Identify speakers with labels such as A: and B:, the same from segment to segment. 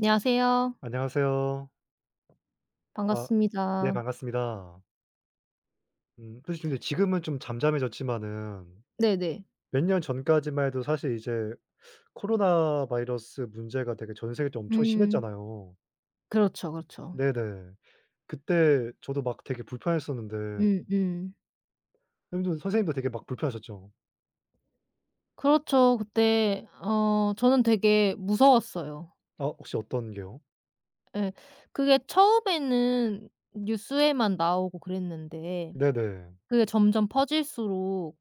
A: 안녕하세요.
B: 안녕하세요. 아, 네,
A: 반갑습니다.
B: 반갑습니다. 사실 근데 지금은 좀 잠잠해졌지만은
A: 네네.
B: 몇 년 전까지만 해도 사실 이제 코로나 바이러스 문제가 되게 전 세계적으로 엄청
A: 음.
B: 심했잖아요.
A: 그렇죠, 그렇죠.
B: 네네. 그때 저도 막 되게 불편했었는데
A: 음 음.
B: 선생님도 되게 막 불편하셨죠?
A: 그렇죠. 그때 저는 되게 무서웠어요.
B: 아, 혹시 어떤 게요?
A: 예. 그게 처음에는 뉴스에만 나오고 그랬는데
B: 네네.
A: 그게 점점 퍼질수록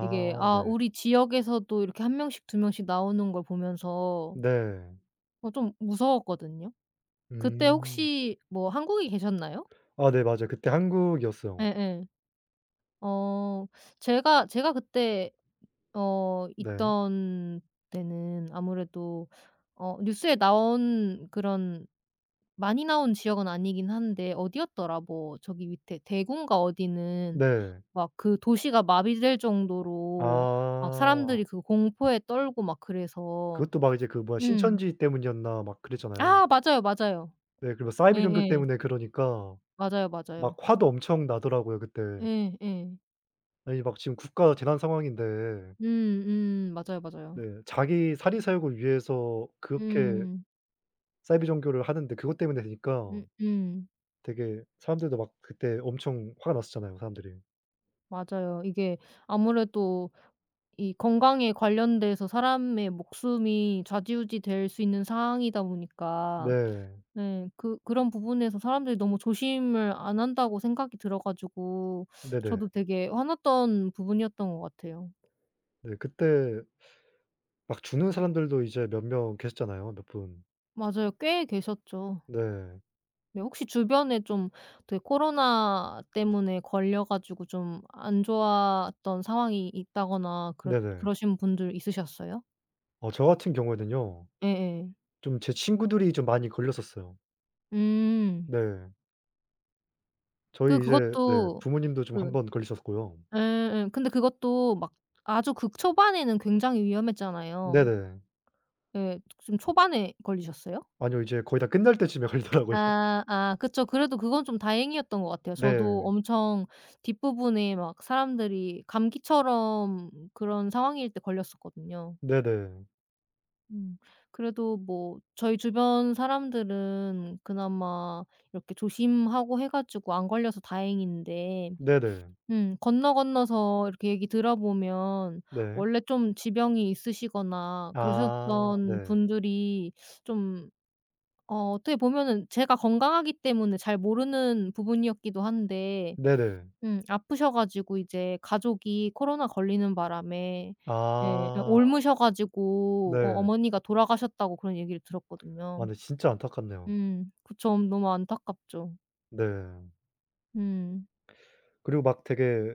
A: 이게
B: 네.
A: 우리 지역에서도 이렇게 한 명씩 두 명씩 나오는 걸 보면서
B: 네.
A: 좀 무서웠거든요. 그때
B: 음.
A: 혹시 뭐 한국에 계셨나요?
B: 아, 네, 맞아요. 그때 한국이었어요.
A: 예예. 어 제가 그때
B: 네.
A: 있던 때는 아무래도 뉴스에 나온 그런 많이 나온 지역은 아니긴 한데 어디였더라? 뭐 저기 밑에 대구인가 어디는
B: 네.
A: 막 그 도시가 마비될 정도로 막
B: 아.
A: 사람들이 그 공포에 떨고 막 그래서.
B: 그것도 막 이제 그 뭐야
A: 음.
B: 신천지 때문이었나 막 그랬잖아요.
A: 아 맞아요, 맞아요.
B: 네, 그리고 사이비 종교
A: 예예.
B: 때문에 그러니까
A: 맞아요,
B: 막
A: 맞아요.
B: 화도 엄청 나더라고요, 그때.
A: 예 예.
B: 아니, 막 지금 국가 재난 상황인데
A: 맞아요, 맞아요.
B: 네, 자기 사리사욕을 위해서 그렇게
A: 음.
B: 사이비 종교를 하는데 그것 때문에 되니까
A: 음음.
B: 되게 사람들도 막 그때 엄청 화가 났었잖아요, 사람들이.
A: 맞아요. 이게 아무래도 이 건강에 관련돼서 사람의 목숨이 좌지우지 될 수 있는 상황이다 보니까
B: 네.
A: 네 그 그런 부분에서 사람들이 너무 조심을 안 한다고 생각이 들어 가지고
B: 네네.
A: 저도 되게 화났던 부분이었던 것 같아요.
B: 네, 그때 막 죽는 사람들도 이제 몇 명 계셨잖아요, 몇 분.
A: 맞아요. 꽤 계셨죠.
B: 네.
A: 네 혹시 주변에 좀 되게 코로나 때문에 걸려 가지고 좀 안 좋았던 상황이 있다거나 그
B: 네네.
A: 그러신 분들 있으셨어요?
B: 어, 저 같은 경우에는요.
A: 예예.
B: 좀 제 친구들이 좀 많이 걸렸었어요.
A: 음.
B: 네.
A: 그
B: 저희 이제 네
A: 그것도
B: 부모님도 좀 한
A: 그
B: 번 걸리셨고요.
A: 예예. 근데 그것도 막 아주 극초반에는 굉장히 위험했잖아요.
B: 네네.
A: 예. 좀 초반에 걸리셨어요?
B: 아니요. 이제 거의 다 끝날 때쯤에 걸리더라고요.
A: 아 아 그쵸. 그래도 그건 좀 다행이었던 것 같아요. 저도
B: 네.
A: 엄청 뒷부분에 막 사람들이 감기처럼 그런 상황일 때 걸렸었거든요.
B: 네네.
A: 음. 그래도 뭐 저희 주변 사람들은 그나마 이렇게 조심하고 해 가지고 안 걸려서 다행인데.
B: 네네.
A: 음. 건너 건너서 이렇게 얘기 들어보면
B: 네.
A: 원래 좀 지병이 있으시거나
B: 아,
A: 그러셨던
B: 네.
A: 분들이 좀 어떻게 보면은 제가 건강하기 때문에 잘 모르는 부분이었기도 한데
B: 네네.
A: 아프셔 가지고 이제 가족이 코로나 걸리는 바람에 네 예
B: 아,
A: 옮으셔 가지고
B: 네.
A: 어머니가 돌아가셨다고 그런 얘기를
B: 아,
A: 들었거든요.
B: 근데 진짜 안타깝네요.
A: 음. 그쵸. 너무 안타깝죠.
B: 네.
A: 음.
B: 그리고 막 되게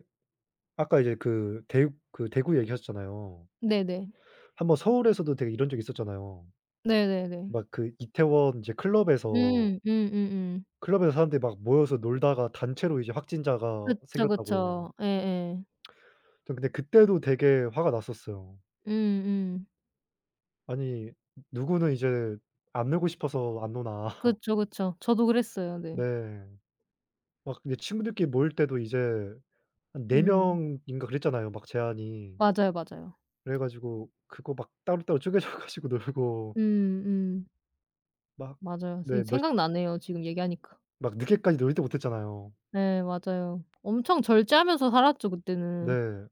B: 아까 이제 그 대육 그 대구 얘기하셨잖아요.
A: 네네.
B: 한번 서울에서도 되게 이런 적이 있었잖아요.
A: 네네네.
B: 막 그 이태원 이제 클럽에서
A: 음.
B: 클럽에서 사람들이 막 모여서 놀다가 단체로 이제 확진자가
A: 그쵸,
B: 생겼다고요.
A: 그쵸. 예예.
B: 전 근데 그때도 되게 화가 났었어요.
A: 음음.
B: 아니, 누구는 이제 안 놀고 싶어서 안 노나?
A: 그쵸, 그쵸. 저도 그랬어요. 네.
B: 네. 막 근데 친구들끼리 모일 때도 이제 한 4
A: 음.
B: 명인가 그랬잖아요, 막 제한이.
A: 맞아요, 맞아요.
B: 그래 가지고 그거 막 따로따로 쪼개져 가지고 놀고
A: 음음.
B: 막,
A: 맞아요.
B: 네
A: 이
B: 몇
A: 생각나네요, 지금 얘기하니까.
B: 막 늦게까지 놀지도 못했잖아요.
A: 예 맞아요. 엄청 절제하면서 살았죠, 그때는.
B: 네.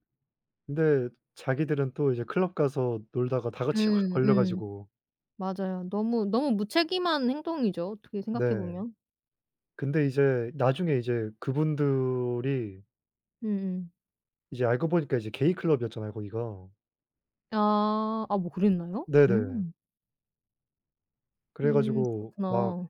B: 근데 자기들은 또 이제 클럽 가서 놀다가 다 같이 걸
A: 음
B: 걸려
A: 음.
B: 가지고
A: 맞아요. 너무, 너무 무책임한 행동이죠, 어떻게 생각해
B: 네.
A: 보면.
B: 근데 이제 나중에 이제 그분들이
A: 음음.
B: 이제 알고 보니까 이제 게이 클럽이었잖아요, 거기가.
A: 아. 아 뭐 그랬나요?
B: 네네.
A: 음.
B: 그래 가지고 막
A: 그렇구나.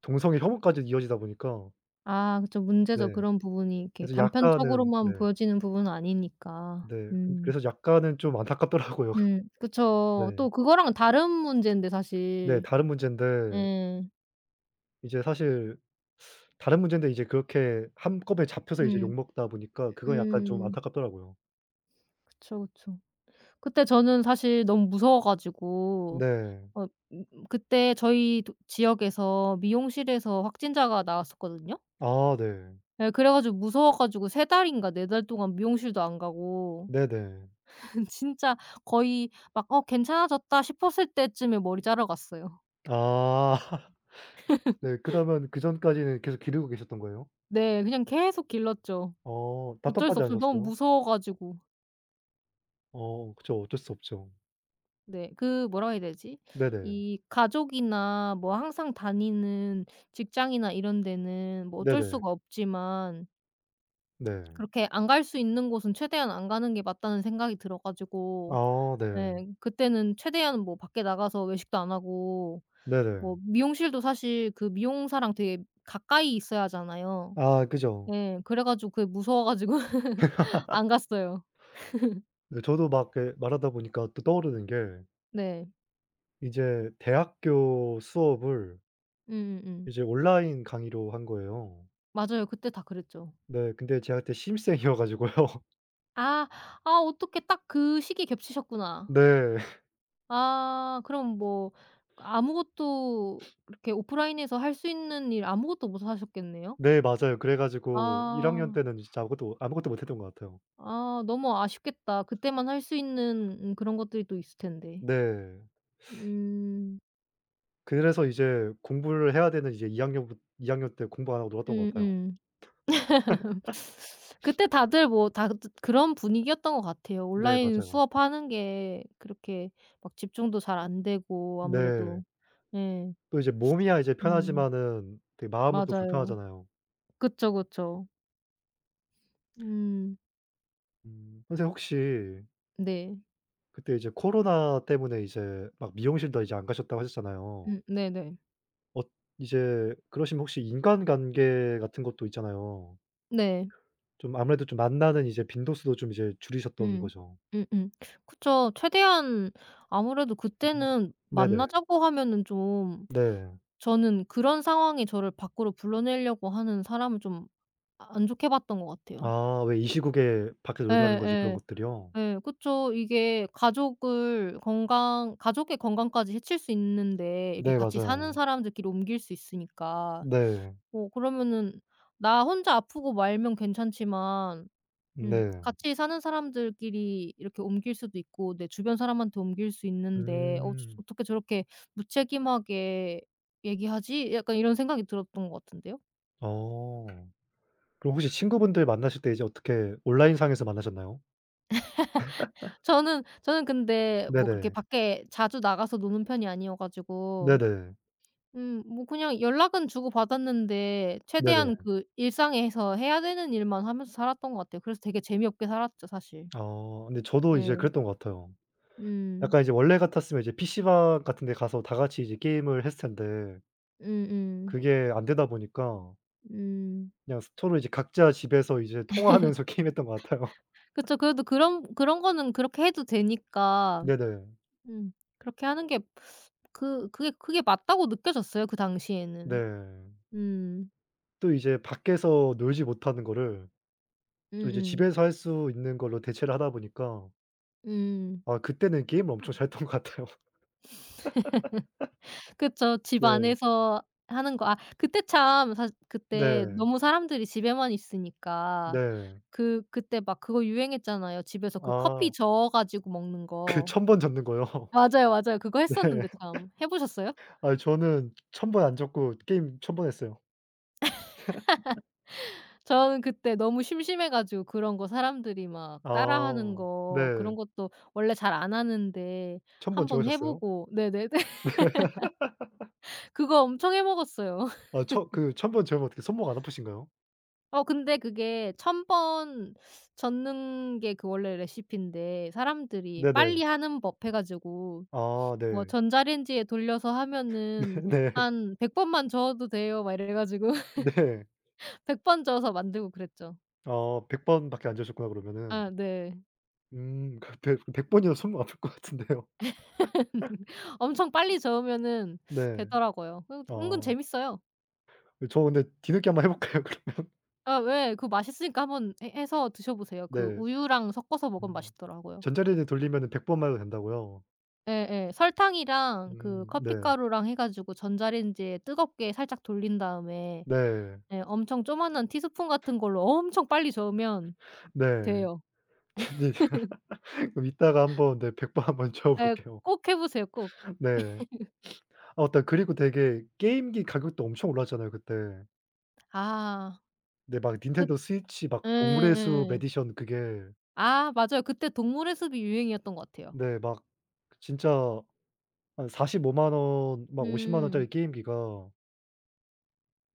B: 동성애 혐오까지 이어지다 보니까
A: 아 그쵸.
B: 네.
A: 문제죠. 그런 부분이 이렇게
B: 그래서 약간은
A: 단편적으로만
B: 네.
A: 보여지는 부분은 아니니까.
B: 네, 그
A: 음.
B: 그래서 약간은 좀 안타깝더라고요.
A: 그쵸.
B: 네.
A: 또 그거랑은 다른 문제인데
B: 네,
A: 사실.
B: 다른 문제인데
A: 예,
B: 이제 사실 다른 문제인데 이제 그렇게 한꺼번에 잡혀서 이제
A: 음.
B: 욕먹다 보니까 그건 약간 좀
A: 음.
B: 안타깝더라고요.
A: 그쵸, 그쵸. 그때 저는 사실 너무 무서워 가지고
B: 네.
A: 어그때 저희 도 지역에서 미용실에서 확진자가 나왔었거든요.
B: 아, 네.
A: 예 그래 가지고 무서워 가지고 세 달인가 네 달 동안 미용실도 안 가고
B: 네네.
A: 진짜 거의 막 '어 괜찮아졌다.' 싶었을 때쯤에 머리 자러 갔어요.
B: 아. 네. 그러면 그전까지는 계속 기르고 계셨던 거예요?
A: 네. 그냥 계속 길렀죠.
B: 어.
A: 어쩔 수
B: 답답하지
A: 없어요. 너무
B: 않으셨어요?
A: 무서워 가지고.
B: 어, 그쵸. 어쩔 수 없죠.
A: 네. 그 뭐라 해야 되지?
B: 네네.
A: 이 가족이나 뭐 항상 다니는 직장이나 이런 데는 뭐 어쩔
B: 네네.
A: 수가 없지만
B: 네.
A: 그렇게 안 갈 수 있는 곳은 최대한 안 가는 게 맞다는 생각이 들어 가지고
B: 아, 네.
A: 예 그때는 최대한 뭐 밖에 나가서 외식도 안 하고
B: 네네.
A: 뭐 미용실도 사실 그 미용사랑 되게 가까이 있어야 하잖아요.
B: 아, 그죠.
A: 예. 그래 가지고 그게 무서워 가지고 안 갔어요.
B: 네, 저도 막 그 말하다 보니까 또 떠오르는 게
A: 네.
B: 이제 대학교 수업을
A: 음음음.
B: 이제 온라인 강의로 한 거예요.
A: 맞아요. 그때 다 그랬죠.
B: 네, 근데 제가 그때 신입생이어 가지고요.
A: 아. 아 어떻게 딱 그 시기 겹치셨구나.
B: 네.
A: 아 그럼 뭐 아무것도 이렇게 오프라인에서 할 수 있는 일 아무것도 못 하셨겠네요?
B: 네, 맞아요. 그래 가지고 1 학년
A: 아.
B: 때는 진짜 아무것도 아무것도 못 했던 것 같아요.
A: 아 너무 아쉽겠다. 그때만 할 수 있는 그런 것들이 또 있을 텐데.
B: 네.
A: 음.
B: 그래서 이제 공부를 해야 되는 이제 2 학년부 이 학년 때 공부 안 하고 놀았던 것 같아요.
A: 음음. 그때 다들 뭐 다 그런 분위기였던 것 같아요.
B: 네,
A: 온라인
B: 맞아요.
A: 수업하는 게 그렇게 막 집중도 잘 안 되고
B: 네.
A: 아무래도. 예.
B: 또 이제 몸이야 이제
A: 음
B: 편하지만은 되게 마음은 또
A: 맞아요.
B: 불편하잖아요.
A: 그쵸, 그쵸. 음
B: 음, 선생님, 혹시
A: 네.
B: 그때 이제 코로나 때문에 이제 막 미용실도 이제 안 가셨다고 하셨잖아요.
A: 네네. 네.
B: 어, 이제 그러시면 혹시 인간관계 같은 것도 있잖아요.
A: 네.
B: 좀 아무래도 좀 만나는 이제 빈도수도 좀 이제 줄이셨던
A: 음.
B: 거죠.
A: 음음. 그쵸. 최대한 아무래도
B: 음.
A: 그때는
B: 네네.
A: 만나자고 하면은 좀
B: 네.
A: 저는 그런 상황이 저를 밖으로 불러내려고 하는 사람을 좀 안 좋게 봤던 것 같아요.
B: 아, 왜 이 시국에 밖에서 놀자는
A: 예예.
B: 거지, 그런 것들이요?
A: 예. 예. 그쵸. 이게 가족을 건강 가족의 건강까지 해칠 수 있는데 이렇게
B: 네,
A: 같이 사는
B: 맞아요.
A: 사람들끼리 옮길 수 있으니까.
B: 네.
A: 뭐 그러면은 나 혼자 아프고 말면 괜찮지만
B: 네.
A: 같이 사는 사람들끼리 이렇게 옮길 수도 있고 내 주변 사람한테 옮길 수 있는데 '어 저
B: 음.
A: 어떻게 저렇게 무책임하게 얘기하지?' 약간 이런 생각이 들었던 것 같은데요.
B: 어. 그럼 혹시 친구분들 만나실 때 이제 어떻게 온라인상에서 만나셨나요?
A: 저는 근데 뭐 그렇게
B: 네네.
A: 밖에 자주 나가서 노는 편이 아니어 가지고
B: 네네.
A: 뭐 그냥 연락은 주고 받았는데 최대한
B: 네네.
A: 그 일상에서 해야 되는 일만 하면서 살았던 것 같아요. 그래서 되게 재미없게 살았죠 사실.
B: 아, 근데 저도 이제
A: 예.
B: 그랬던 것 같아요.
A: 음.
B: 약간 이제 원래 같았으면 이제 PC방 같은 데 가서 다 같이 이제 게임을 했을 텐데
A: 음 음.
B: 그게 안 되다 보니까
A: 음. 음.
B: 그냥 서로 이제 각자 집에서 이제 통화하면서 게임했던 것 같아요.
A: 그쵸. 그래도 그런 거는 그렇게 해도 되니까
B: 네네.
A: 음 그렇게 하는 게 그게 맞다고 느껴졌어요 그 당시에는.
B: 네.
A: 음.
B: 또 이제 밖에서 놀지 못하는 거를 또 이제
A: 음음.
B: 집에서 할 수 있는 걸로 대체를 하다 보니까
A: 음.
B: 아, 그때는 게임을 엄청 잘했던 것 같아요.
A: 그쵸. 집
B: 네.
A: 안에서 하는 거. 아 그때 참 사실 그때
B: 네.
A: 너무 사람들이 집에만 있으니까
B: 네.
A: 그 그때 막 그거 유행했잖아요. 집에서 그 커피
B: 아,
A: 저어 가지고 먹는
B: 그
A: 거.
B: 천 번 접는 거요?
A: 맞아요, 맞아요. 그거
B: 네.
A: 했었는데 참. 해 보셨어요?
B: 아, 저는 천번 안 접고 게임 천번 했어요.
A: 저는 그때 너무 심심해 가지고 그런 거 사람들이 막 따라하는
B: 아.
A: 거
B: 네.
A: 그런 것도 원래 잘 안 하는데
B: 천 번
A: 한번 해
B: 접으셨어요?
A: 보고 네네네. 그거 엄청 해 먹었어요.
B: 아, 처 그 1,000 번 재우면 어떻게 손목 안 아프신가요?
A: 근데 그게 천번 젓는 게 그 원래 레시피인데 사람들이 빨리
B: 네네.
A: 하는 법 해 가지고
B: 아,
A: 뭐
B: 네.
A: "전자레인지에 돌려서 하면은
B: 네.
A: 한 100 번만 저어도 돼요." 막 이래 가지고
B: 네.
A: 100 번 저어서 만들고 그랬죠.
B: 아, 100 번밖에 안 재우셨구나, 그러면은.
A: 아 네.
B: 음, 그 백 100번이나 손목 아플 것 같은데요.
A: 엄청 빨리 저으면은
B: 네.
A: 되더라고요. 그 은근
B: 어.
A: 재밌어요.
B: 저 근데 뒤늦게 한번 해 볼까요 그러면?
A: 아 왜 그 맛있으니까 한번 해 해서 드셔보세요. 그
B: 네.
A: 우유랑 섞어서 먹으면
B: 음.
A: 맛있더라고요.
B: 전자레인지 돌리면은 100 번만 해도 된다고요?
A: 예예. 설탕이랑 그
B: 음, 네.
A: 커피가루랑 해 가지고 전자레인지에 뜨겁게 살짝 돌린 다음에
B: 네.
A: 예 엄청 조그한 티스푼 같은 걸로 엄청 빨리 저으면
B: 네.
A: 돼요.
B: 네. 그럼 이따가 한번 네 100번 한번 재워
A: 예.
B: 볼게요.
A: 꼭 해 보세요 꼭.
B: 네. 아, 맞다. 그리고 되게 게임기 가격도 엄청 올랐잖아요, 그때.
A: 아.
B: 네, 막
A: 그
B: 닌텐도 스위치 막 동물의 숲
A: 예예.
B: 에디션 그게
A: 아 맞아요. 그때 동물의 숲이 유행이었던 것 같아요.
B: 네 막 진짜 한 4 5오만 원막 5 0만 원짜리
A: 음.
B: 게임기가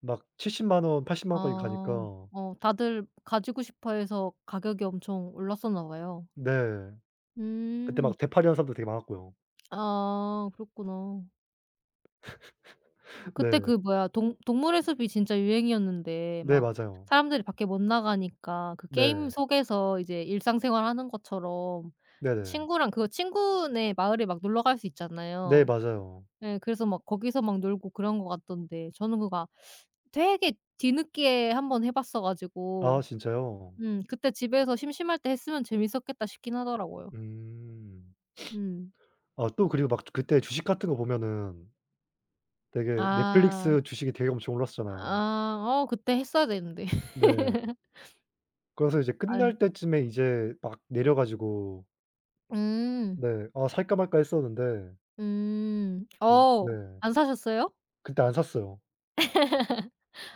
B: 막 7 0만원8 0만 원까지
A: 아.
B: 가니까
A: 어 다들 가지고 싶어 해서 가격이 엄청 올랐었나 봐요.
B: 네. 그때
A: 음.
B: 막 되팔이하는 사람도 되게 많았고요.
A: 아 그렇구나. 그때 그
B: 네.
A: 뭐야 동 동물의 숲이 진짜 유행이었는데
B: 네,
A: 막
B: 맞아요.
A: 사람들이 밖에 못 나가니까 그 게임
B: 네.
A: 속에서 이제 일상생활 하는 것처럼
B: 네네.
A: 친구랑 그 친구네 마을에 막 놀러 갈 수
B: 네,
A: 있잖아요.
B: 맞아요.
A: 예. 그래서 막 거기서 막 놀고 그런 것 같던데 저는 그거 아 되게 뒤늦게 한번 해 봤어
B: 아,
A: 가지고
B: 진짜요?
A: 그때 집에서 심심할 때 했으면 재밌었겠다 싶긴 하더라고요.
B: 음.
A: 음.
B: 아, 또 그리고 막 그때 주식 같은 거 보면은 되게
A: 아.
B: 넷플릭스 주식이 되게 엄청 올랐었잖아요.
A: 아. 어 그때 했어야 되는데.
B: 네. 그래서 이제
A: 아유.
B: 끝날 때쯤에 이제 막 내려 가지고
A: 음.
B: 네. 아, 살까 말까 했었는데
A: 음.
B: 음,
A: 어.
B: 네,
A: 안 사셨어요?
B: 그때 안 샀어요.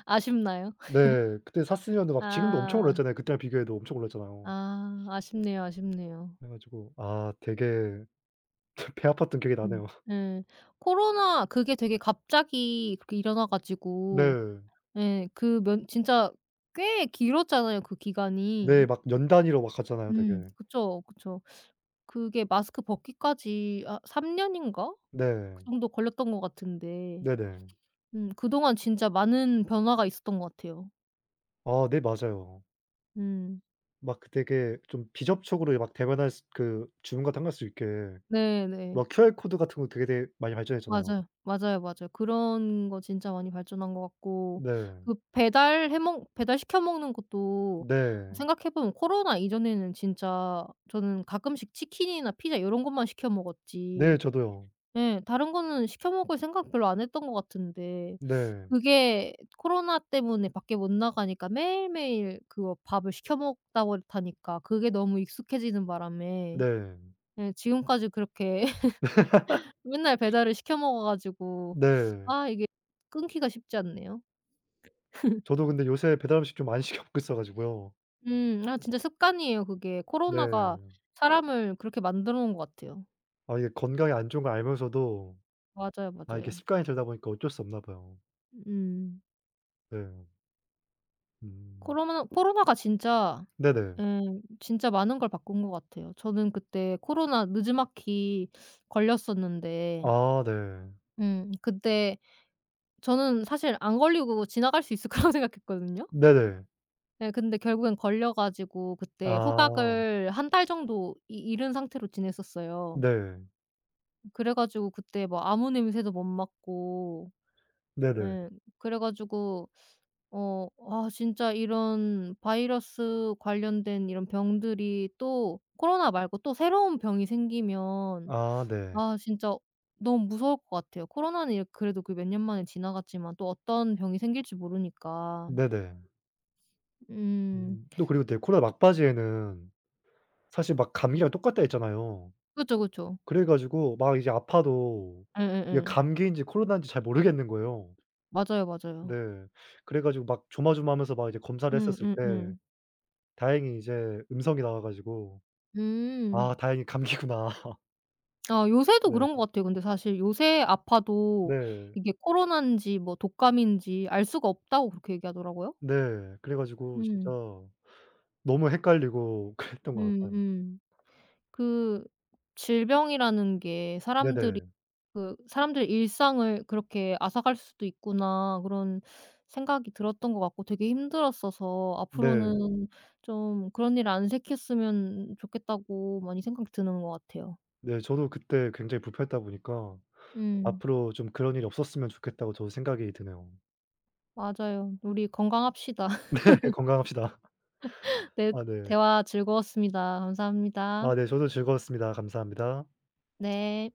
A: 아쉽나요?
B: 네. 그때 샀으면은 막 지금도 엄청
A: 아.
B: 올랐잖아요. 그때랑 비교해도 엄청 올랐잖아요.
A: 아. 아쉽네요, 아쉽네요.
B: 그래 가지고 아 되게 배 아팠던 기억이
A: 음.
B: 나네요.
A: 예. 코로나 그게 되게 갑자기 그렇게 일어나 가지고
B: 네.
A: 예. 그 면 진짜 꽤 길었잖아요, 그
B: 네.
A: 기간이.
B: 막 연 단위로 막 갔잖아요, 되게.
A: 음. 그쵸, 그쵸. 그게 마스크 벗기까지 아 3 년인가? 그
B: 네.
A: 정도 걸렸던 것 같은데
B: 네네.
A: 그동안 진짜 많은 변화가 있었던 것 같아요.
B: 아, 네, 맞아요.
A: 음.
B: 막 그 되게 좀 비접촉으로 막 대면할 수 그 주문 같은 거 할 수 있게
A: 네네.
B: 막 QR 코드 같은 거 되게 많이 발전했잖아요.
A: 맞아요. 맞아요, 맞아요. 그런 거 진짜 많이 발전한 것 같고
B: 네.
A: 그 배달 해 먹 배달시켜 먹는 것도
B: 네.
A: 생각해 보면 코로나 이전에는 진짜 저는 가끔씩 치킨이나 피자 요런 것만 시켜
B: 네,
A: 먹었지
B: 저도요.
A: 예. 다른 거는 시켜 먹을 생각 별로 안 했던 것 같은데
B: 네.
A: 그게 코로나 때문에 밖에 못 나가니까 매일매일 그거 밥을 시켜 먹다 버릇하니까 그게 너무 익숙해지는 바람에
B: 네.
A: 예 지금까지 그렇게 맨날 배달을 시켜 먹어 가지고
B: 네.
A: 아 이게 끊기가 쉽지 않네요.
B: 저도 근데 요새 배달 음식 좀 안 시켜 먹고 있어 가지고요.
A: 음. 아 진짜 습관이에요 그게. 코로나가
B: 네.
A: 사람을 그렇게 만들어 놓은 것 같아요.
B: 아, 이게 건강에 안 좋은 걸 알면서도
A: 맞아요,
B: 아, 이게
A: 맞아요.
B: 습관이 들다 보니까 어쩔 수 없나 봐요.
A: 음.
B: 네. 음.
A: 코로나가 진짜
B: 네네.
A: 예 진짜 많은 걸 바꾼 것 같아요. 저는 그때 코로나 느지막이 걸렸었는데
B: 아, 네.
A: 그때 저는 사실 안 걸리고 지나갈 수 있을 거라고 생각했거든요.
B: 네네.
A: 예 근데 결국엔 걸려 가지고 그때
B: 아.
A: 후각을 한 달 정도 이 잃은 상태로 지냈었어요.
B: 네.
A: 그래 가지고 그때 뭐 아무 냄새도 못 맡고
B: 네네.
A: 예 그래 가지고 아 진짜 이런 바이러스 관련된 이런 병들이 또 코로나 말고 또 새로운 병이 생기면
B: 아, 네.
A: 아 진짜 너무 무서울 것 같아요. 코로나는 이 그래도 그 몇 년 만에 지나갔지만 또 어떤 병이 생길지 모르니까.
B: 네네.
A: 음.
B: 음. 또 그리고 네, 코로나 막바지에는 사실 막 감기랑 똑같다 했잖아요.
A: 그쵸, 그쵸.
B: 그래 가지고 막 이제 아파도 이게
A: 예예예.
B: 감기인지 코로나인지 잘 모르겠는 거예요.
A: 맞아요,
B: 네.
A: 맞아요.
B: 그래 가지고 막 조마조마하면서 막 이제 검사를 했었을 때
A: 음.
B: 다행히 이제 음성이 나와 가지고
A: 음. 음.
B: 아, 다행히 감기구나.
A: 아 요새도
B: 네.
A: 그런 것 같아요. 근데 사실 요새 아파도
B: 네.
A: 이게 코로나인지 뭐 독감인지 알 수가 없다고 그렇게 얘기하더라고요.
B: 네. 그래 가지고 진짜
A: 음.
B: 너무 헷갈리고 그랬던
A: 음
B: 것 같아요.
A: 음. 그 질병이라는 게 사람들이
B: 네네.
A: 그 '사람들 일상을 그렇게 앗아갈 수도 있구나.' 그런 생각이 들었던 것 같고 되게 힘들었어서
B: 네.
A: 앞으로는 좀 '그런 일 안 생겼으면 좋겠다.'고 많이 생각이 드는 것 같아요.
B: 네. 저도 그때 굉장히 불편했다 보니까
A: 음.
B: 앞으로 좀 그런 일이 없었으면 좋겠다고 저도 생각이 드네요.
A: 맞아요. 우리 건강합시다.
B: 네. 건강합시다.
A: 네.
B: 아, 네.
A: 대화 즐거웠습니다. 감사합니다.
B: 아, 네. 저도 즐거웠습니다. 감사합니다.
A: 네.